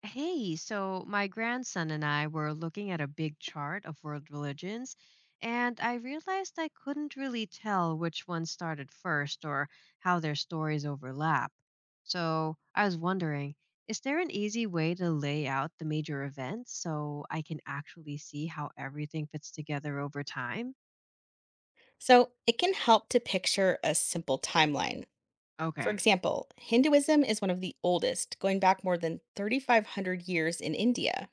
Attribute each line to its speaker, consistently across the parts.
Speaker 1: Hey, so my grandson and I were looking at a big chart of world religions, and I realized I couldn't really tell which one started first or how their stories overlap. So I was wondering, is there an easy way to lay out the major events so I can actually see how everything fits together over time?
Speaker 2: So it can help to picture a simple timeline. For
Speaker 1: Okay.
Speaker 2: example, Hinduism is one of the oldest, going back more than 3,500 years in India.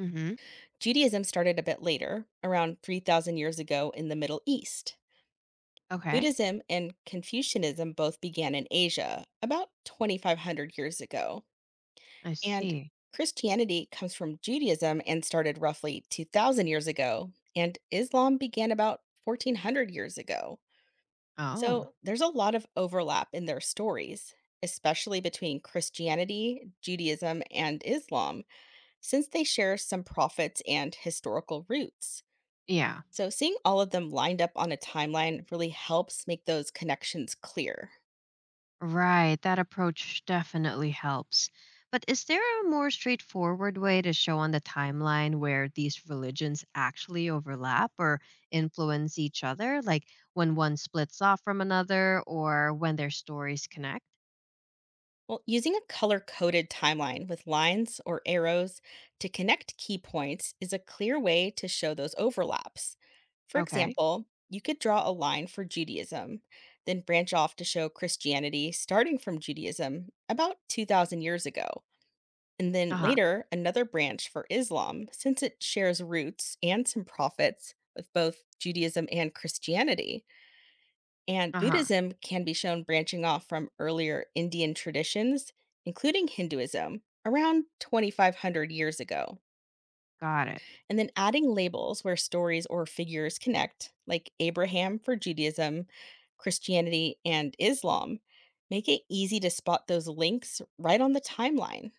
Speaker 1: Mm-hmm.
Speaker 2: Judaism started a bit later, around 3,000 years ago in the Middle East.
Speaker 1: Okay.
Speaker 2: Buddhism and Confucianism both began in Asia, about 2,500 years ago.
Speaker 1: I
Speaker 2: And
Speaker 1: see.
Speaker 2: Christianity comes from Judaism and started roughly 2,000 years ago, and Islam began about 1,400 years ago.
Speaker 1: Oh,
Speaker 2: So there's a lot of overlap in their stories, especially between Christianity, Judaism, and Islam, since they share some prophets and historical roots.
Speaker 1: yeah.
Speaker 2: So seeing all of them lined up on a timeline really helps make those connections clear.
Speaker 1: Right, that approach definitely helps. But is there a more straightforward way to show on the timeline where these religions actually overlap or influence each other, like when one splits off from another or when their stories connect?
Speaker 2: Well, using a color coded timeline with lines or arrows to connect key points is a clear way to show those overlaps. For
Speaker 1: Okay.
Speaker 2: example, you could draw a line for Judaism, then branch off to show Christianity starting from Judaism about 2,000 years ago, and then
Speaker 1: Uh huh.
Speaker 2: later another branch for Islam since it shares roots and some prophets with both Judaism and Christianity. And
Speaker 1: Uh huh.
Speaker 2: Buddhism can be shown branching off from earlier Indian traditions, including Hinduism, around 2,500 years ago.
Speaker 1: Got it.
Speaker 2: And then adding labels where stories or figures connect, like Abraham for Judaism, Christianity, and Islam, make it easy to spot those links right on the timeline.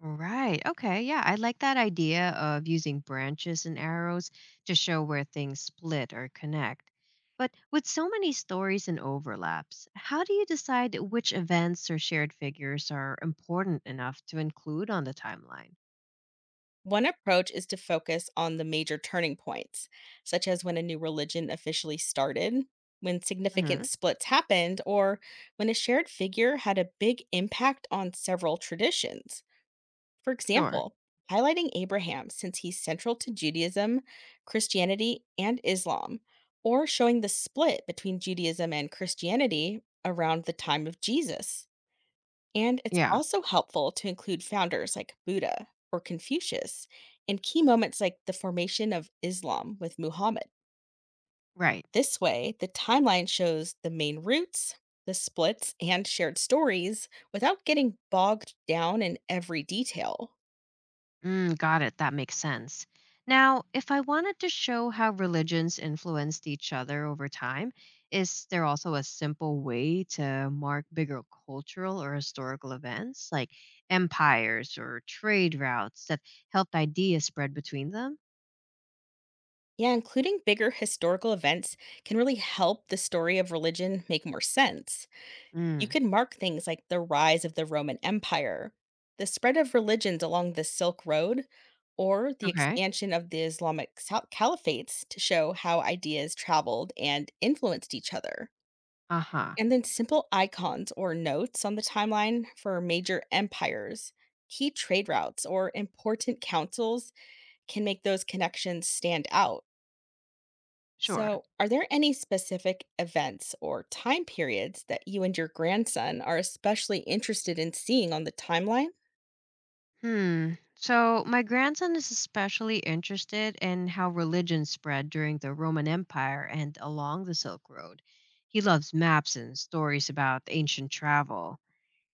Speaker 1: Right. Okay. Yeah. I like that idea of using branches and arrows to show where things split or connect. But with so many stories and overlaps, how do you decide which events or shared figures are important enough to include on the timeline?
Speaker 2: One approach is to focus on the major turning points, such as when a new religion officially started, when significant
Speaker 1: Hmm.
Speaker 2: splits happened, or when a shared figure had a big impact on several traditions. For
Speaker 1: Sure.
Speaker 2: example, highlighting Abraham since he's central to Judaism, Christianity, and Islam, or showing the split between Judaism and Christianity around the time of Jesus. And it's
Speaker 1: Yeah.
Speaker 2: also helpful to include founders like Buddha or Confucius and key moments like the formation of Islam with Muhammad.
Speaker 1: Right.
Speaker 2: This way, the timeline shows the main roots, the splits, and shared stories without getting bogged down in every detail.
Speaker 1: Mm, got it. That makes sense. Now, if I wanted to show how religions influenced each other over time, is there also a simple way to mark bigger cultural or historical events like empires or trade routes that helped ideas spread between them?
Speaker 2: Yeah, including bigger historical events can really help the story of religion make more sense. You
Speaker 1: Mm.
Speaker 2: can mark things like the rise of the Roman Empire, the spread of religions along the Silk Road, or the
Speaker 1: Okay.
Speaker 2: expansion of the Islamic caliphates to show how ideas traveled and influenced each other.
Speaker 1: Uh huh.
Speaker 2: And then simple icons or notes on the timeline for major empires, key trade routes, or important councils can make those connections stand out.
Speaker 1: Sure.
Speaker 2: So, are there any specific events or time periods that you and your grandson are especially interested in seeing on the timeline?
Speaker 1: Hmm. So, my grandson is especially interested in how religion spread during the Roman Empire and along the Silk Road. He loves maps and stories about ancient travel.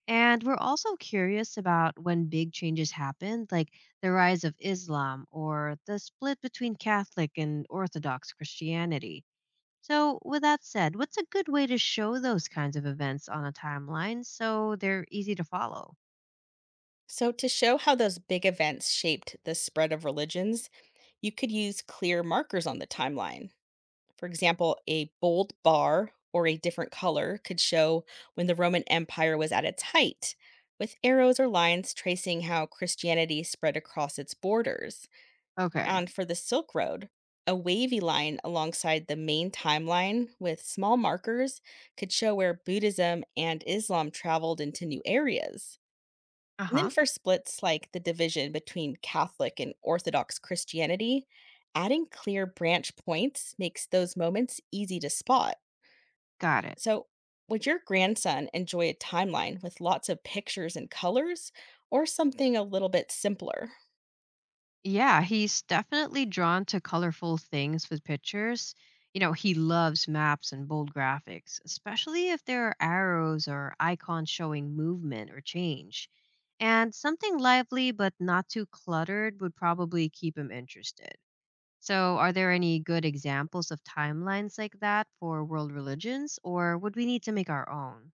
Speaker 1: And we're also curious about when big changes happened, like the rise of Islam or the split between Catholic and Orthodox Christianity. So, with that said, what's a good way to show those kinds of events on a timeline so they're easy to follow?
Speaker 2: So, to show how those big events shaped the spread of religions, you could use clear markers on the timeline. For example, a bold bar or a different color could show when the Roman Empire was at its height, with arrows or lines tracing how Christianity spread across its borders.
Speaker 1: Okay.
Speaker 2: And for the Silk Road, a wavy line alongside the main timeline with small markers could show where Buddhism and Islam traveled into new areas.
Speaker 1: Uh
Speaker 2: And then
Speaker 1: huh.
Speaker 2: for splits like the division between Catholic and Orthodox Christianity, adding clear branch points makes those moments easy to spot.
Speaker 1: Got it.
Speaker 2: So, would your grandson enjoy a timeline with lots of pictures and colors, or something a little bit simpler?
Speaker 1: Yeah, he's definitely drawn to colorful things with pictures. He loves maps and bold graphics, especially if there are arrows or icons showing movement or change. And something lively but not too cluttered would probably keep him interested. So, are there any good examples of timelines like that for world religions, or would we need to make our own?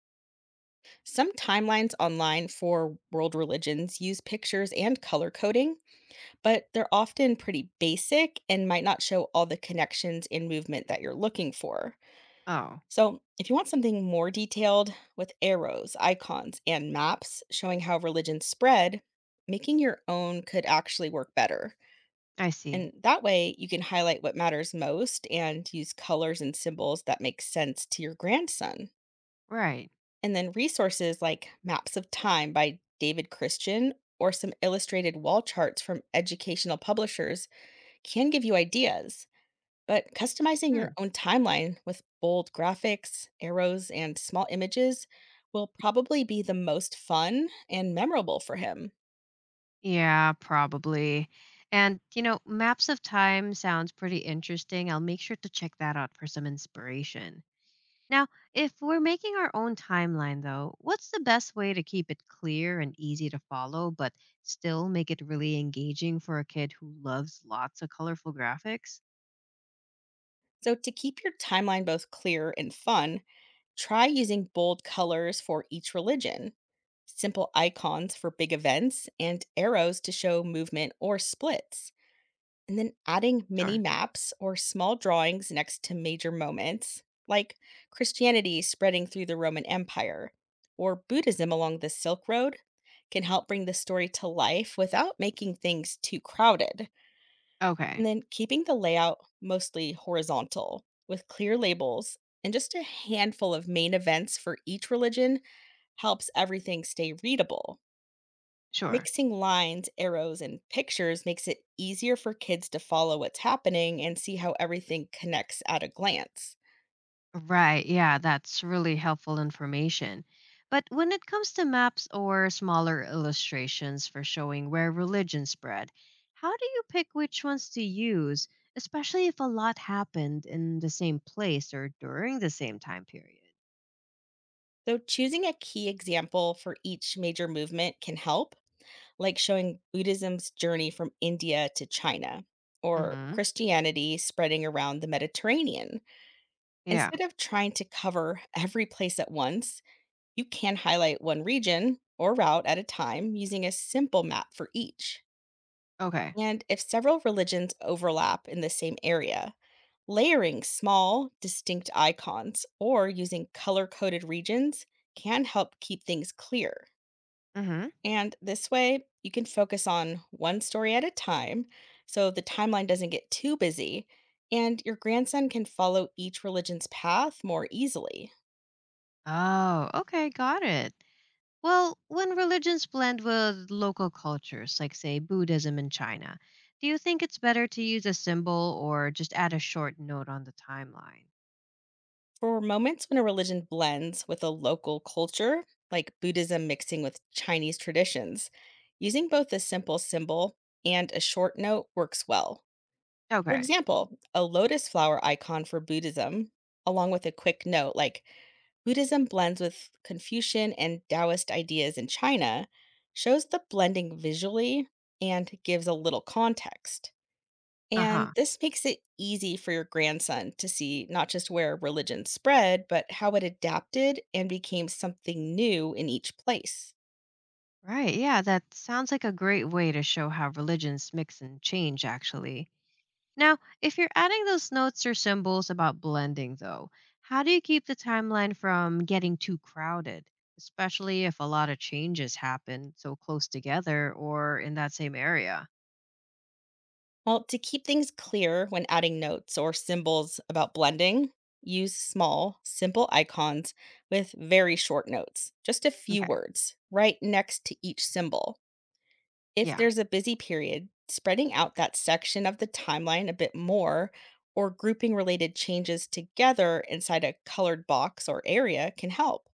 Speaker 2: Some timelines online for world religions use pictures and color coding, but they're often pretty basic and might not show all the connections and movement that you're looking for.
Speaker 1: Oh,
Speaker 2: So, if you want something more detailed with arrows, icons, and maps showing how religions spread, making your own could actually work better.
Speaker 1: I see.
Speaker 2: And that way, you can highlight what matters most and use colors and symbols that make sense to your grandson.
Speaker 1: Right.
Speaker 2: And then, resources like Maps of Time by David Christian or some illustrated wall charts from educational publishers can give you ideas. But customizing your own timeline with bold graphics, arrows, and small images will probably be the most fun and memorable for him.
Speaker 1: Yeah, probably. And maps of time sounds pretty interesting. I'll make sure to check that out for some inspiration. Now, if we're making our own timeline, though, what's the best way to keep it clear and easy to follow, but still make it really engaging for a kid who loves lots of colorful graphics?
Speaker 2: So, to keep your timeline both clear and fun, try using bold colors for each religion, simple icons for big events, and arrows to show movement or splits. And then adding mini
Speaker 1: Sure.
Speaker 2: maps or small drawings next to major moments, like Christianity spreading through the Roman Empire or Buddhism along the Silk Road, can help bring the story to life without making things too crowded.
Speaker 1: Okay.
Speaker 2: And then keeping the layout mostly horizontal with clear labels and just a handful of main events for each religion helps everything stay readable.
Speaker 1: Sure.
Speaker 2: Mixing lines, arrows, and pictures makes it easier for kids to follow what's happening and see how everything connects at a glance.
Speaker 1: Right. Yeah, that's really helpful information. But when it comes to maps or smaller illustrations for showing where religion spread, how do you pick which ones to use, especially if a lot happened in the same place or during the same time period?
Speaker 2: So, choosing a key example for each major movement can help, like showing Buddhism's journey from India to China or
Speaker 1: Mhm.
Speaker 2: Christianity spreading around the Mediterranean.
Speaker 1: Yeah.
Speaker 2: Instead of trying to cover every place at once, you can highlight one region or route at a time using a simple map for each.
Speaker 1: Okay.
Speaker 2: And if several religions overlap in the same area, layering small, distinct icons or using color coded regions can help keep things clear.
Speaker 1: Mhm.
Speaker 2: And this way, you can focus on one story at a time so the timeline doesn't get too busy, and your grandson can follow each religion's path more easily.
Speaker 1: Oh, okay, got it. Well, when religions blend with local cultures, like, say, Buddhism in China, do you think it's better to use a symbol or just add a short note on the timeline?
Speaker 2: For moments when a religion blends with a local culture, like Buddhism mixing with Chinese traditions, using both a simple symbol and a short note works well. For
Speaker 1: Okay.
Speaker 2: example, a lotus flower icon for Buddhism, along with a quick note like Buddhism blends with Confucian and Taoist ideas in China, shows the blending visually and gives a little context.
Speaker 1: Uh
Speaker 2: And
Speaker 1: huh.
Speaker 2: this makes it easy for your grandson to see not just where religion spread, but how it adapted and became something new in each place.
Speaker 1: Right. Yeah, that sounds like a great way to show how religions mix and change, actually. Now, if you're adding those notes or symbols about blending, though, how do you keep the timeline from getting too crowded, especially if a lot of changes happen so close together or in that same area?
Speaker 2: Well, to keep things clear when adding notes or symbols about blending, use small, simple icons with very short notes, just a few
Speaker 1: Okay.
Speaker 2: words, right next to each symbol. If
Speaker 1: Yeah.
Speaker 2: there's a busy period, spreading out that section of the timeline a bit more or grouping related changes together inside a colored box or area can help.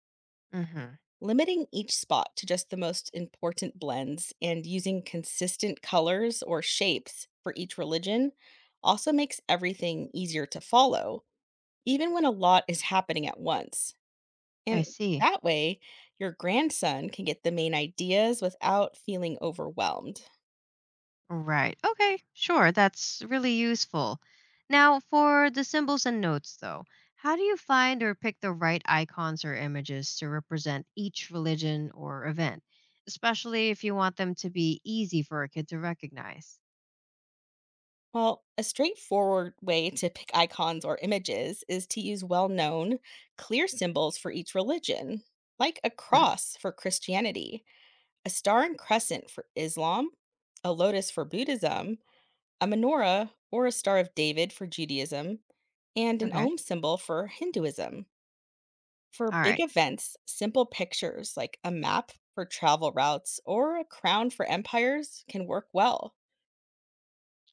Speaker 1: Mm-hmm.
Speaker 2: Limiting each spot to just the most important blends and using consistent colors or shapes for each religion also makes everything easier to follow, even when a lot is happening at once.
Speaker 1: I
Speaker 2: And
Speaker 1: see.
Speaker 2: that way, your grandson can get the main ideas without feeling overwhelmed.
Speaker 1: Right. Okay, sure. That's really useful. Now, for the symbols and notes, though, how do you find or pick the right icons or images to represent each religion or event, especially if you want them to be easy for a kid to recognize?
Speaker 2: Well, a straightforward way to pick icons or images is to use well known, clear symbols for each religion, like a
Speaker 1: Mm.
Speaker 2: cross for Christianity, a star and crescent for Islam, a lotus for Buddhism, a menorah or a Star of David for Judaism, and an
Speaker 1: Okay.
Speaker 2: Om symbol for Hinduism. For
Speaker 1: All right.
Speaker 2: big events, simple pictures like a map for travel routes or a crown for empires can work well.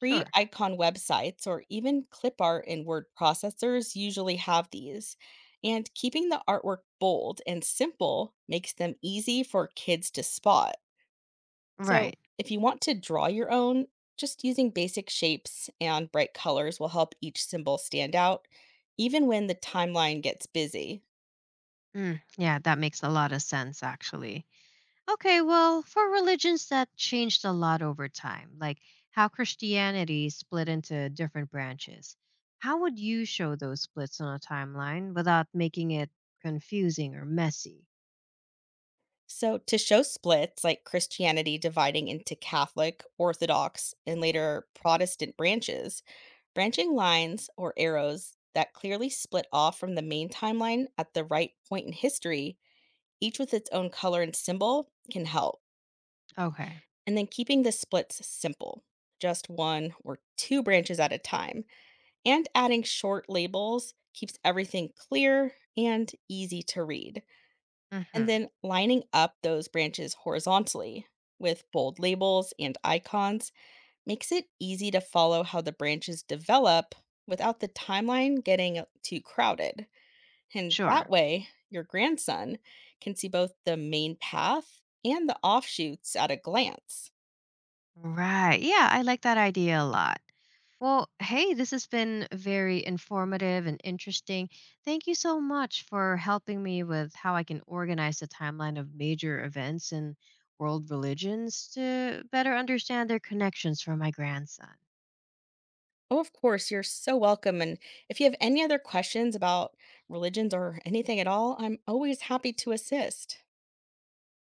Speaker 2: Free icon websites or even clip art in word processors usually have these, and keeping the artwork bold and simple makes them easy for kids to spot. So,
Speaker 1: Right.
Speaker 2: if you want to draw your own, just using basic shapes and bright colors will help each symbol stand out, even when the timeline gets busy.
Speaker 1: Mm, yeah, that makes a lot of sense, actually. Okay, well, for religions that changed a lot over time, like how Christianity split into different branches, how would you show those splits on a timeline without making it confusing or messy?
Speaker 2: So, to show splits like Christianity dividing into Catholic, Orthodox, and later Protestant branches, branching lines or arrows that clearly split off from the main timeline at the right point in history, each with its own color and symbol, can help.
Speaker 1: Okay.
Speaker 2: And then keeping the splits simple, just one or two branches at a time, and adding short labels keeps everything clear and easy to read. And
Speaker 1: Hmm.
Speaker 2: then lining up those branches horizontally with bold labels and icons makes it easy to follow how the branches develop without the timeline getting too crowded. And that
Speaker 1: Sure.
Speaker 2: way, your grandson can see both the main path and the offshoots at a glance.
Speaker 1: Right. Yeah, I like that idea a lot. Well, hey, this has been very informative and interesting. Thank you so much for helping me with how I can organize the timeline of major events and world religions to better understand their connections for my grandson.
Speaker 2: Oh, of course, you're so welcome. And if you have any other questions about religions or anything at all, I'm always happy to assist.